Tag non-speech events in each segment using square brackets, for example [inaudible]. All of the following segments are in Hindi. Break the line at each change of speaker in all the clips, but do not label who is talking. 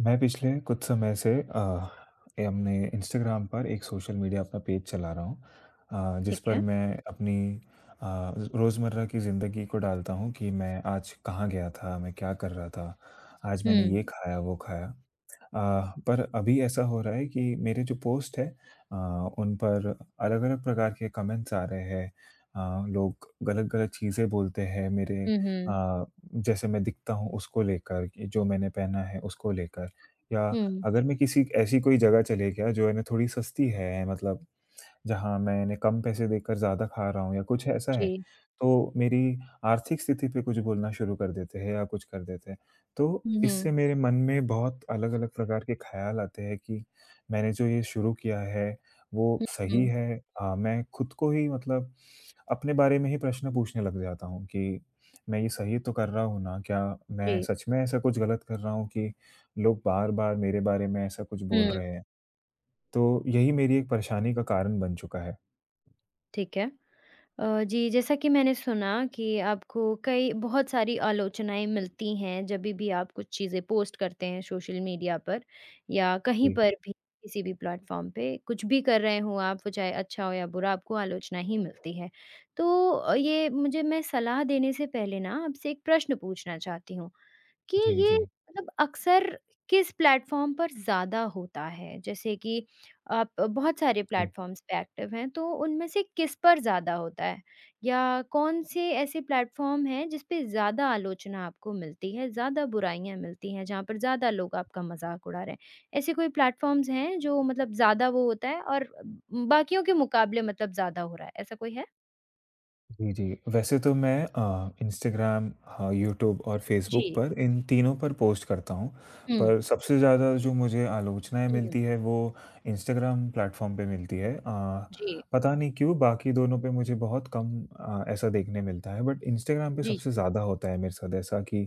मैं पिछले कुछ समय से ये अपने इंस्टाग्राम पर एक सोशल मीडिया अपना पेज चला रहा हूँ। जिस
ठीक
पर
है।
मैं अपनी रोज़मर्रा की ज़िंदगी को डालता हूँ कि मैं आज कहाँ गया था, मैं क्या कर रहा था, आज मैंने
हुँ।
ये खाया, वो खाया। पर अभी ऐसा हो रहा है कि मेरे जो पोस्ट है, अ, उन पर अलग-अलग प्रकार के कमेंट्स आ रहे हैं। लोग गलत-गलत चीज़ें बोलते हैं मेरे,
हुँ, हुँ।
जैसे मैं दिखता हूँ उसको लेकर कि जो मैंने पहना है उसको लेकर या
हुँ,
अगर मैं किसी ऐसी कोई जगह चले गया जो है ना थोड़ी सस्ती है मतलब जहाँ मैंने कम पैसे देकर ज़्यादा खा रहा हूँ या कुछ ऐसा है,
जी।
तो मेरी आर्थिक स्थिति पे कुछ बोलना शुरू कर देते हैं या कुछ कर देते हैं। तो
हुँ, हुँ,
इससे मेरे मन में बहुत अलग-अलग प्रकार के ख़्याल आते हैं कि मैंने जो ये शुरू किया है, वो सही
हुँ,
है? मैं खुद को ही मतलब अपने बारे में ही प्रश्न पूछने लग जाता हूँ कि मैं ये सही तो कर रहा हूँ ना? क्या मैं
जी।
सच में ऐसा कुछ गलत कर रहा हूँ कि लोग बार-बार मेरे बारे में ऐसा कुछ बोल
हुँ,
रहे हैं? तो यही मेरी एक परेशानी का कारण बन चुका है।
ठीक है। जी, जैसा कि मैंने सुना कि आपको कई बहुत सारी आलोचनाएँ मिलती हैं जभी भी आप कुछ चीज़ें पोस्ट करते हैं सोशल मीडिया पर या कहीं
जी।
पर भी किसी भी प्लेटफ़ॉर्म पे, कुछ भी कर रहे हो आप, वो चाहे अच्छा हो या बुरा, आपको आलोचना ही मिलती है। तो ये मुझे मैं सलाह देने से पहले ना आपसे एक प्रश्न पूछना चाहती हूँ कि
जी,
ये
जी,
मतलब अक्सर किस प्लेटफ़ॉर्म पर ज़्यादा होता है? जैसे कि आप बहुत सारे
जी।
प्लेटफ़ॉर्म्स पे एक्टिव हैं, तो उनमें से किस पर ज़्यादा होता है? या कौन से ऐसे प्लेटफ़ॉर्म हैं जिस पे ज़्यादा आलोचना आपको मिलती है, ज़्यादा बुराइयाँ मिलती हैं, जहाँ पर ज़्यादा लोग आपका मज़ाक उड़ा रहे हैं? ऐसे कोई प्लेटफ़ॉर्म्स हैं जो मतलब ज़्यादा वो होता है और बाकियों के मुकाबले मतलब ज़्यादा हो रहा है, ऐसा कोई है?
जी, जी। वैसे तो मैं इंस्टाग्राम, हाँ, यूट्यूब और फेसबुक
जी।
पर इन तीनों पर पोस्ट करता हूँ।
हुँ,
पर सबसे ज़्यादा जो मुझे आलोचनाएँ
हुँ,
मिलती है वो इंस्टाग्राम प्लेटफ़ॉर्म पे मिलती है।
जी,
पता नहीं क्यों बाकी दोनों पे मुझे बहुत कम ऐसा देखने मिलता है बट इंस्टाग्राम पे
जी,
सबसे
जी।
ज़्यादा होता है मेरे साथ ऐसा कि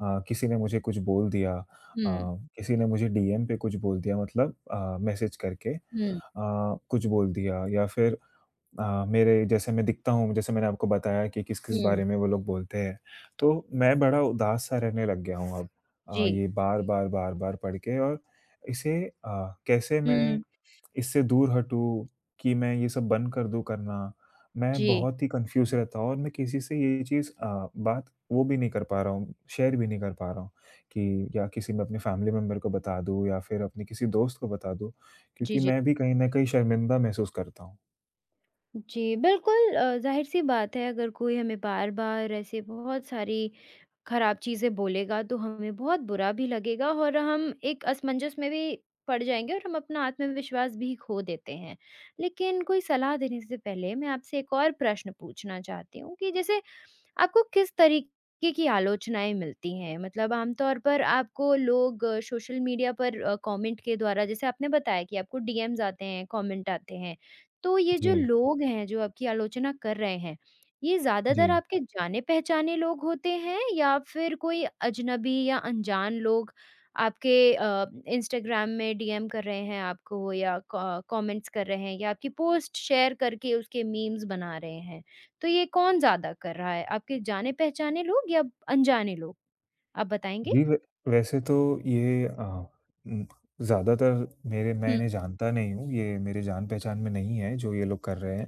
किसी ने मुझे कुछ बोल दिया,
हुँ,
किसी ने मुझे डीएम पे कुछ बोल दिया मतलब मैसेज करके
हुँ,
कुछ बोल दिया या फिर मेरे जैसे मैं दिखता हूँ, जैसे मैंने आपको बताया कि किस-किस
हुँ,
बारे में वो लोग बोलते हैं, तो मैं बड़ा उदास-सा रहने लग गया हूँ अब।
जी।
ये बार-बार, बार-बार पढ़ के और इसे कैसे मैं
हुँ।
इससे दूर हटूँ कि मैं ये सब बंद कर दूँ करना, मैं
जी।
बहुत ही कन्फ्यूज़ रहता हूँ और मैं किसी से ये चीज़ बात वो भी नहीं कर पा रहा हूँ, शेयर भी नहीं कर पा रहा हूँ कि या किसी मैं अपने फैमिली मेंबर को बता दूँ या फिर अपने किसी दोस्त को बता दूँ,
जी,
क्योंकि
जी।
मैं भी कहीं न कहीं शर्मिंदा महसूस करता हूँ।
जी, बिल्कुल ज़ाहिर-सी बात है अगर कोई हमें बार-बार ऐसे बहुत सारी खराब चीज़ें बोलेगा तो हमें बहुत बुरा भी लगेगा और हम एक असमंजस में भी पड़ जाएँगे और हम अपना आत्मविश्वास भी खो देते हैं। लेकिन कोई सलाह देने से पहले मैं आपसे एक और प्रश्न पूछना चाहती हूँ कि जैसे आपको किस तरीके की आलोचनाएँ मिलती हैं? मतलब आमतौर पर आपको लोग सोशल मीडिया पर कमेंट के द्वारा जैसे आपने बताया कि आपको डीएम्स आते हैं, कमेंट आते हैं। तो ये जो
जी,
लोग हैं जो आपकी आलोचना कर रहे हैं, ये ज़्यादातर
जी।
आपके जाने-पहचाने लोग होते हैं या फिर कोई अजनबी या अनजान लोग आपके इंस्टाग्राम में डीएम कर रहे हैं आपको या क कमेंट्स कर रहे हैं या आपकी पोस्ट शेयर करके उसके मीम्स बना रहे हैं? तो ये कौन ज़्यादा कर रहा है, आपके जाने-पहचाने लोग या अनजाने लोग? आप बताएँगे?
जी, वै वैसे तो ये उम, ज़्यादातर मेरे मैं
हुँ,
इन्हें जानता नहीं हूँ, ये मेरे जान-पहचान में नहीं है जो ये लोग कर रहे हैं।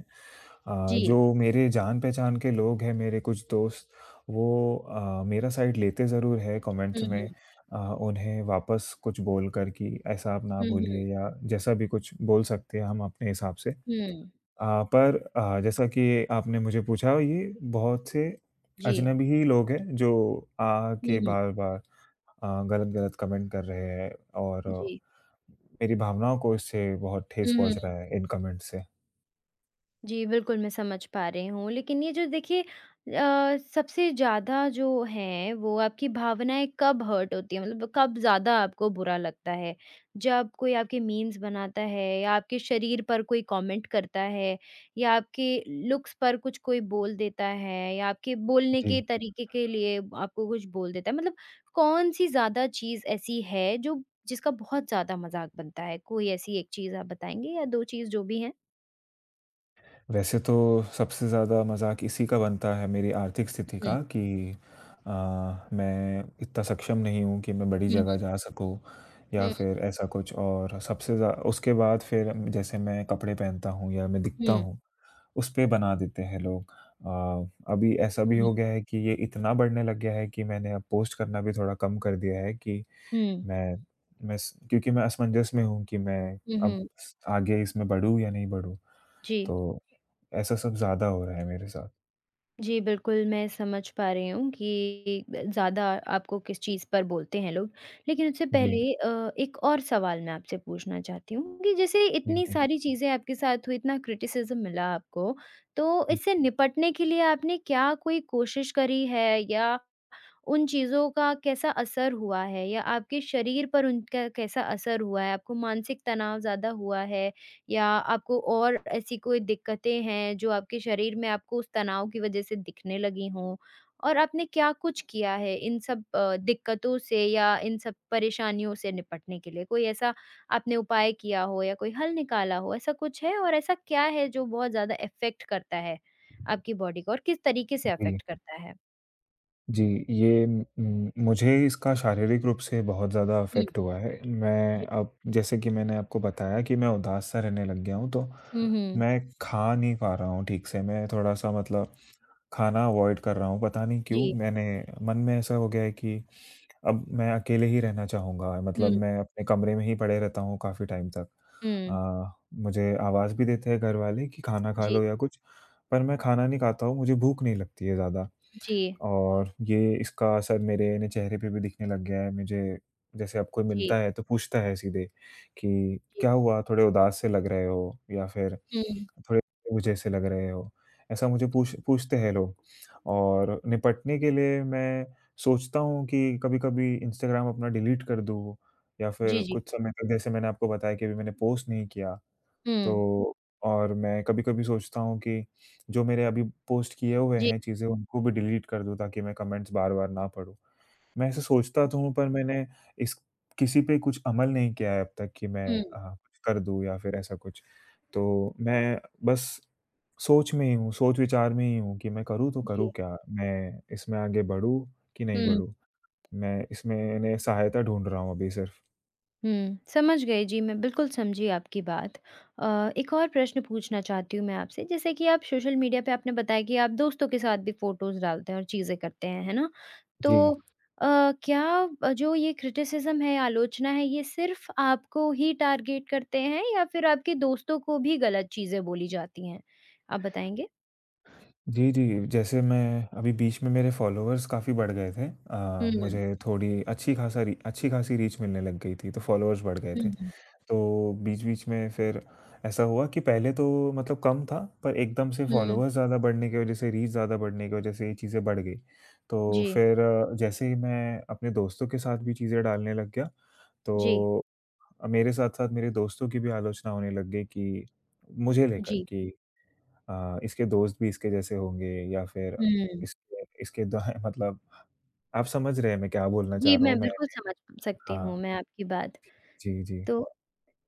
जी।
जो मेरे जान-पहचान के लोग हैं, मेरे कुछ दोस्त, वो मेरा साइड लेते ज़रूर है
हुँ,
कमेंट्स में।
हुँ।
उन्हें वापस कुछ बोलकर कि ऐसा आप ना
हुँ, हुँ।
बोलिए या जैसा भी कुछ बोल सकते हैं हम अपने हिसाब से।
हुँ।
पर जैसा कि आपने मुझे पूछा ये बहुत से
जी।
अजनबी ही लोग हैं जो
हुँ,
आके
हुँ।
बार-बार गलत-गलत कमेंट कर रहे हैं और
जी।
मेरी भावनाओं को इससे बहुत ठेस
हुँ,
पहुँच
हुँ।
रहा है इन कमेंट से।
जी, बिल्कुल मैं समझ पा रही हूँ। लेकिन ये जो देखिए सबसे ज़्यादा जो है वो आपकी भावनाएँ कब हर्ट होती हैं? मतलब कब ज़्यादा आपको बुरा लगता है? जब कोई आपके मीम्स बनाता है या आपके शरीर पर कोई कमेंट करता है या आपके लुक्स पर कुछ कोई बोल देता है या आपके बोलने
जी।
के तरीके के लिए आपको कुछ बोल देता है? मतलब कौन-सी ज़्यादा चीज़ ऐसी है जो जिसका बहुत ज़्यादा मज़ाक बनता है? कोई ऐसी एक चीज़ आप बताएँगे या 2 चीज़ जो भी हैं?
वैसे तो सबसे ज़्यादा मज़ाक इसी का बनता है मेरी आर्थिक स्थिति
हुँ,
का कि अ, मैं इतना सक्षम नहीं हूँ कि मैं बड़ी
हुँ,
जगह जा सकूँ या
हुँ।
फिर ऐसा कुछ और सबसे ज़्या उसके बाद फिर जैसे मैं कपड़े पहनता हूँ या मैं दिखता
हुँ।
हूँ उसपे बना देते हैं लोग। अभी ऐसा भी
हुँ,
हो गया है कि ये इतना बढ़ने लग गया है कि मैंने अब पोस्ट करना भी थोड़ा कम कर दिया है कि
हुँ।
मैं मैं स क्योंकि मैं असमंजस में हूँ कि मैं
हुँ,
अब
हुँ।
स आगे इसमें बढ़ूँ या नहीं बढ़ूँ।
जी।
तो ऐसा सब ज़्यादा हो रहा है मेरे साथ।
जी, बिल्कुल मैं समझ पा रही हूँ कि ज़्यादा आपको किस चीज़ पर बोलते हैं लोग। लेकिन उससे
जी।
पहले एक और सवाल मैं आपसे पूछना चाहती हूँ कि जैसे
जी,
इतनी
जी।
सारी चीज़ें आपके साथ हुई, इतना क्रिटिसिज़्म मिला आपको, तो इससे निपटने के लिए आपने क्या कोई कोशिश करी है या उन चीज़ों का कैसा असर हुआ है या आपके शरीर पर उनका कैसा असर हुआ है? आपको मानसिक तनाव ज़्यादा हुआ है या आपको और ऐसी कोई दिक्कतें हैं जो आपके शरीर में आपको उस तनाव की वज़ह से दिखने लगी हों? और आपने क्या कुछ किया है इन सब दिक्कतों से या इन सब परेशानियों से निपटने के लिए? कोई ऐसा आपने उपाय किया हो या कोई हल निकाला हो, ऐसा कुछ है? और ऐसा क्या है जो बहुत ज़्यादा इफ़ेक्ट करता है आपकी बॉडी को और किस तरीके से
जी।
अफ़ेक्ट करता है?
जी, ये म मुझे इसका शारीरिक रूप से बहुत ज़्यादा
हुँ,
अफ़ेक्ट हुआ है।
जी।
मैं अब जैसे कि मैंने आपको बताया कि मैं उदास-सा रहने लग गया हूँ, तो
हुँ, हुँ।
मैं खा नहीं पा रहा हूँ ठीक से। मैं थोड़ा-सा मतलब खाना अवॉइड कर रहा हूँ, पता नहीं क्यों?
जी।
मैंने मन में ऐसा हो गया है कि अब मैं अकेले ही रहना चाहूँगा, मतलब
हुँ,
मैं अपने कमरे में ही पड़े रहता हूँ काफ़ी टाइम तक।
हुँ।
अ, मुझे आवाज़ भी देते हैं घर वाले कि खाना खा
जी,
लो या कुछ, पर मैं खाना नहीं खाता हूँ, मुझे भूख नहीं लगती है ज़्यादा।
जी,
और ये इसका असर मेरे ने चेहरे पे भी दिखने लग गया है। मुझे जैसे अब कोई
जी,
मिलता है तो पूछता है सीधे कि
जी,
क्या
जी,
हुआ थोड़े उदास से लग रहे हो या फिर
हुँ।
थोड़े बुझे से लग रहे हो। ऐसा मुझे पूछते हैं लोग और निपटने के लिए मैं सोचता हूँ कि कभी-कभी इंस्टाग्राम अपना डिलीट कर दूँ या
जी,
फिर
जी,
कुछ समय तक जैसे मैंने आपको बताया कि अभी मैंने पोस्ट नहीं किया।
हुँ।
तो और मैं कभी-कभी सोचता हूँ कि जो मेरे अभी पोस्ट किए हुए
जी,
हैं चीज़ें, उनको भी डिलीट कर दूँ ताकि मैं कमेंट्स बार-बार ना पढूँ। मैं ऐसा सोचता तो
जी,
हूँ पर मैंने इस किसी पे कुछ अमल नहीं किया है अब तक कि मैं
हुँ,
कुछ कर दूँ या फिर ऐसा कुछ। तो मैं बस सोच में ही हूँ, सोच-विचार में ही हूँ कि मैं करूँ तो
जी,
करूँ क्या? मैं इसमें आगे बढ़ूँ कि नहीं
हुँ।
बढ़ूँ? मैं इसमें ने सहायता ढूँढ रहा हूँ अभी सिर्फ़।
समझ गई जी, मैं बिल्कुल समझी आपकी बात। एक और प्रश्न पूछना चाहती हूँ मैं आपसे, जैसे कि आप सोशल मीडिया पे आपने बताया कि आप दोस्तों के साथ भी फ़ोटोज़ डालते हैं और चीज़ें करते हैं, है ना?
जी।
तो क्या जो ये क्रिटिसिज़्म है, आलोचना है, ये सिर्फ़ आपको ही टारगेट करते हैं या फिर आपके दोस्तों को भी गलत चीज़ें बोली जाती हैं? आप बताएँगे?
जी, जी। जैसे मैं अभी बीच में मेरे फ़ॉलोअर्स काफ़ी बढ़ गए थे।
हुँ,
मुझे थोड़ी अच्छी ख़ासा री अच्छी ख़ासी रीच मिलने लग गई थी, तो फ़ॉलोअर्स बढ़ गए
हुँ,
थे।
हुँ,
तो बीच-बीच में फिर ऐसा हुआ कि पहले तो मतलब कम था, पर एकदम से
हुँ।
फ़ॉलोअर्स ज़्यादा बढ़ने की वज़ह से, रीच ज़्यादा बढ़ने की वज़ह से ये चीज़ें बढ़ गई। तो
जी,
फिर जैसे ही मैं अपने दोस्तों के साथ भी चीज़ें डालने लग गया,
जी,
तो मेरे साथ-साथ मेरे दोस्तों की भी आलोचना होने लग गई कि मुझे लेकर
जी।
कि इसके दोस्त भी इसके जैसे होंगे या फिर
हुँ।
इसके इसके द [laughs] मतलब आप समझ रहे हैं मैं क्या बोलना
जी,
चाह रहा हूँ
मैं
मैं।
बिल्कुल समझ सकती
हाँ,
हूँ मैं आपकी बात।
जी, जी।
तो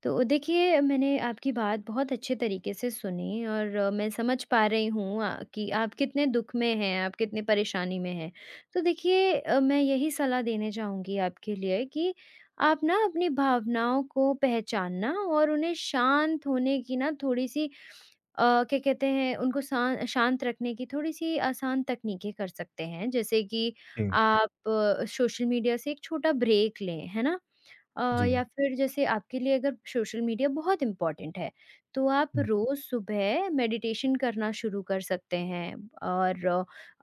तो देखिए, मैंने आपकी बात बहुत अच्छे तरीके से सुनी और मैं समझ पा रही हूँ कि आप कितने दुःख में हैं, आप कितने परेशानी में हैं। तो देखिए मैं यही सलाह देना चाहूँगी आपके लिए कि आप ना अपनी भावनाओं को पहचानना और उन्हें शांत होने की ना थोड़ी-सी क्या कहते हैं उनको शांत रखने की थोड़ी-सी आसान तकनीकें कर सकते हैं। जैसे कि
जी,
आप सोशल मीडिया से एक छोटा ब्रेक लें, है ना?
जी,
या फिर जैसे आपके लिए अगर सोशल मीडिया बहुत इम्पोर्टेंट है, तो आप
हुँ,
रोज़ सुबह मेडिटेशन करना शुरू कर सकते हैं और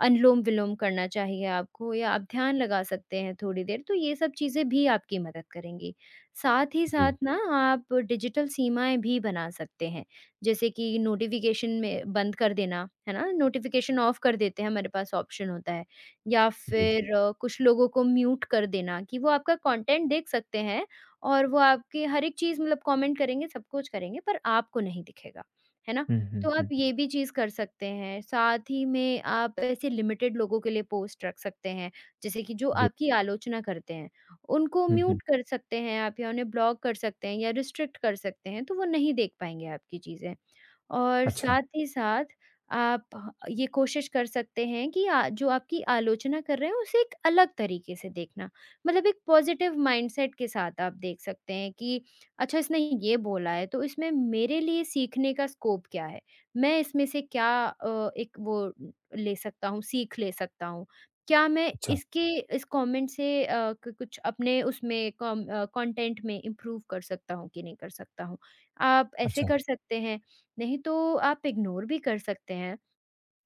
अनुलोम-विलोम करना चाहिए आपको या आप ध्यान लगा सकते हैं थोड़ी देर, तो ये सब चीज़ें भी आपकी मदद करेंगी। साथ ही
जी,
साथ ना आप डिजिटल सीमाएँ भी बना सकते हैं, जैसे कि नोटिफ़िकेशन में बंद कर देना, है ना? नोटिफ़िकेशन ऑफ कर देते हैं, हमारे पास ऑप्शन होता है या
जी।
फिर कुछ लोगों को म्यूट कर देना कि वो आपका कंटेंट देख सकते हैं और वो आपकी हर एक चीज़ मतलब कमेंट करेंगे, सब कुछ करेंगे पर आपको नहीं दिखेगा, है ना?
हुँ,
तो
हुँ,
आप
हुँ,
ये भी चीज़ कर सकते हैं, साथ ही में आप ऐसे लिमिटेड लोगों के लिए पोस्ट रख सकते हैं, जैसे कि जो
जी,
आपकी आलोचना करते हैं, उनको
हुँ, हुँ।
म्यूट कर सकते हैं आप या उन्हें ब्लॉक कर सकते हैं या रिस्ट्रिक्ट कर सकते हैं, तो वो नहीं देख पाएँगे आपकी चीज़ें। और
अच्छा,
साथ ही साथ आप ह ये कोशिश कर सकते हैं कि जो आपकी आलोचना कर रहे हैं उसे एक अलग तरीके से देखना। मतलब एक पॉज़िटिव माइंडसेट के साथ आप देख सकते हैं कि अच्छा इसने ये बोला है तो इसमें मेरे लिए सीखने का स्कोप क्या है? मैं इसमें से क्या एक वो ले सकता हूँ, सीख ले सकता हूँ? क्या मैं
अच्छा,
इसके इस कमेंट से अ, क कुछ अपने उसमें कंटेंट में इम्प्रूव कर सकता हूँ कि नहीं कर सकता हूँ? आप ऐसे
अच्छा।
कर सकते हैं। नहीं तो आप इग्नोर भी कर सकते हैं।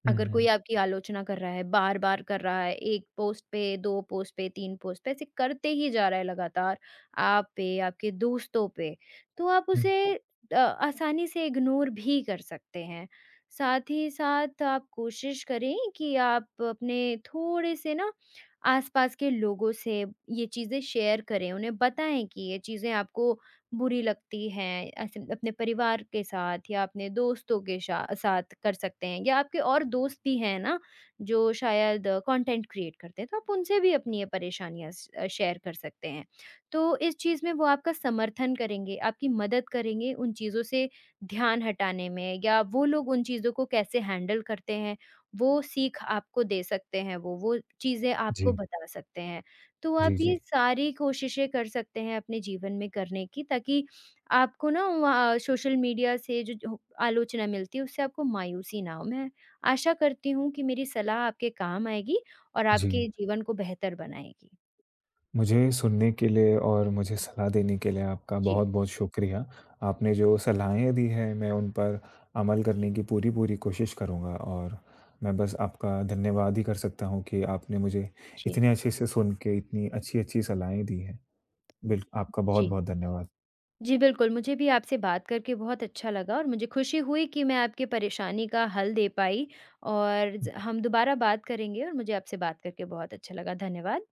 हुँ,
अगर कोई
हुँ,
आपकी आलोचना कर रहा है, बार-बार कर रहा है, 1 पोस्ट पे, 2 पोस्ट पे, 3 पोस्ट पे, ऐसे करते ही जा रहा है लगातार आप पे, आपके दोस्तों पे, तो आप
हुँ।
उसे अ, आसानी से इग्नोर भी कर सकते हैं। साथ ही साथ आप कोशिश करें कि आप अपने थोड़े से ना आस-पास के लोगों से ये चीज़ें शेयर करें, उन्हें बताएँ कि ये चीज़ें आपको बुरी लगती हैं, ऐसे अपने परिवार के साथ या अपने दोस्तों के शा साथ कर सकते हैं या आपके और दोस्त भी हैं ना, जो शायद कंटेंट क्रिएट करते हैं, तो आप उनसे भी अपनी ये परेशानियाँ शेयर कर सकते हैं। तो इस चीज़ में वो आपका समर्थन करेंगे, आपकी मदद करेंगे उन चीज़ों से ध्यान हटाने में या वो लोग उन चीज़ों को कैसे हैंडल करते हैं, वो सीख आपको दे सकते हैं वो चीज़ें आपको
जी,
बता सकते हैं। तो आप
जी, जी,
ये सारी कोशिशें कर सकते हैं अपने जीवन में करने की ताकि आपको ना वहाँ सोशल मीडिया से जो जो आलोचना मिलती है उससे आपको मायूसी ना हो। मैं आशा करती हूँ कि मेरी सलाह आपके काम आएगी और
जी।
आपके जीवन को बेहतर बनाएगी।
मुझे सुनने के लिए और मुझे सलाह देने के लिए आपका
जी,
बहुत-बहुत शुक्रिया। आपने जो सलाहें दी हैं, मैं उन पर अमल
जी,
करने की पूरी-पूरी कोशिश करूँगा और मैं बस आपका धन्यवाद ही कर सकता हूँ कि आपने मुझे
जी,
इतने अच्छे से सुन के इतनी अच्छी-अच्छी सलाहें दी हैं। बिल आपका
जी।
बहुत-बहुत धन्यवाद।
जी, बिल्कुल मुझे भी आपसे बात करके बहुत अच्छा लगा और मुझे खुशी हुई कि मैं आपकी परेशानी का हल दे पाई और ज हम दोबारा बात करेंगे और मुझे आपसे बात करके बहुत अच्छा लगा। धन्यवाद।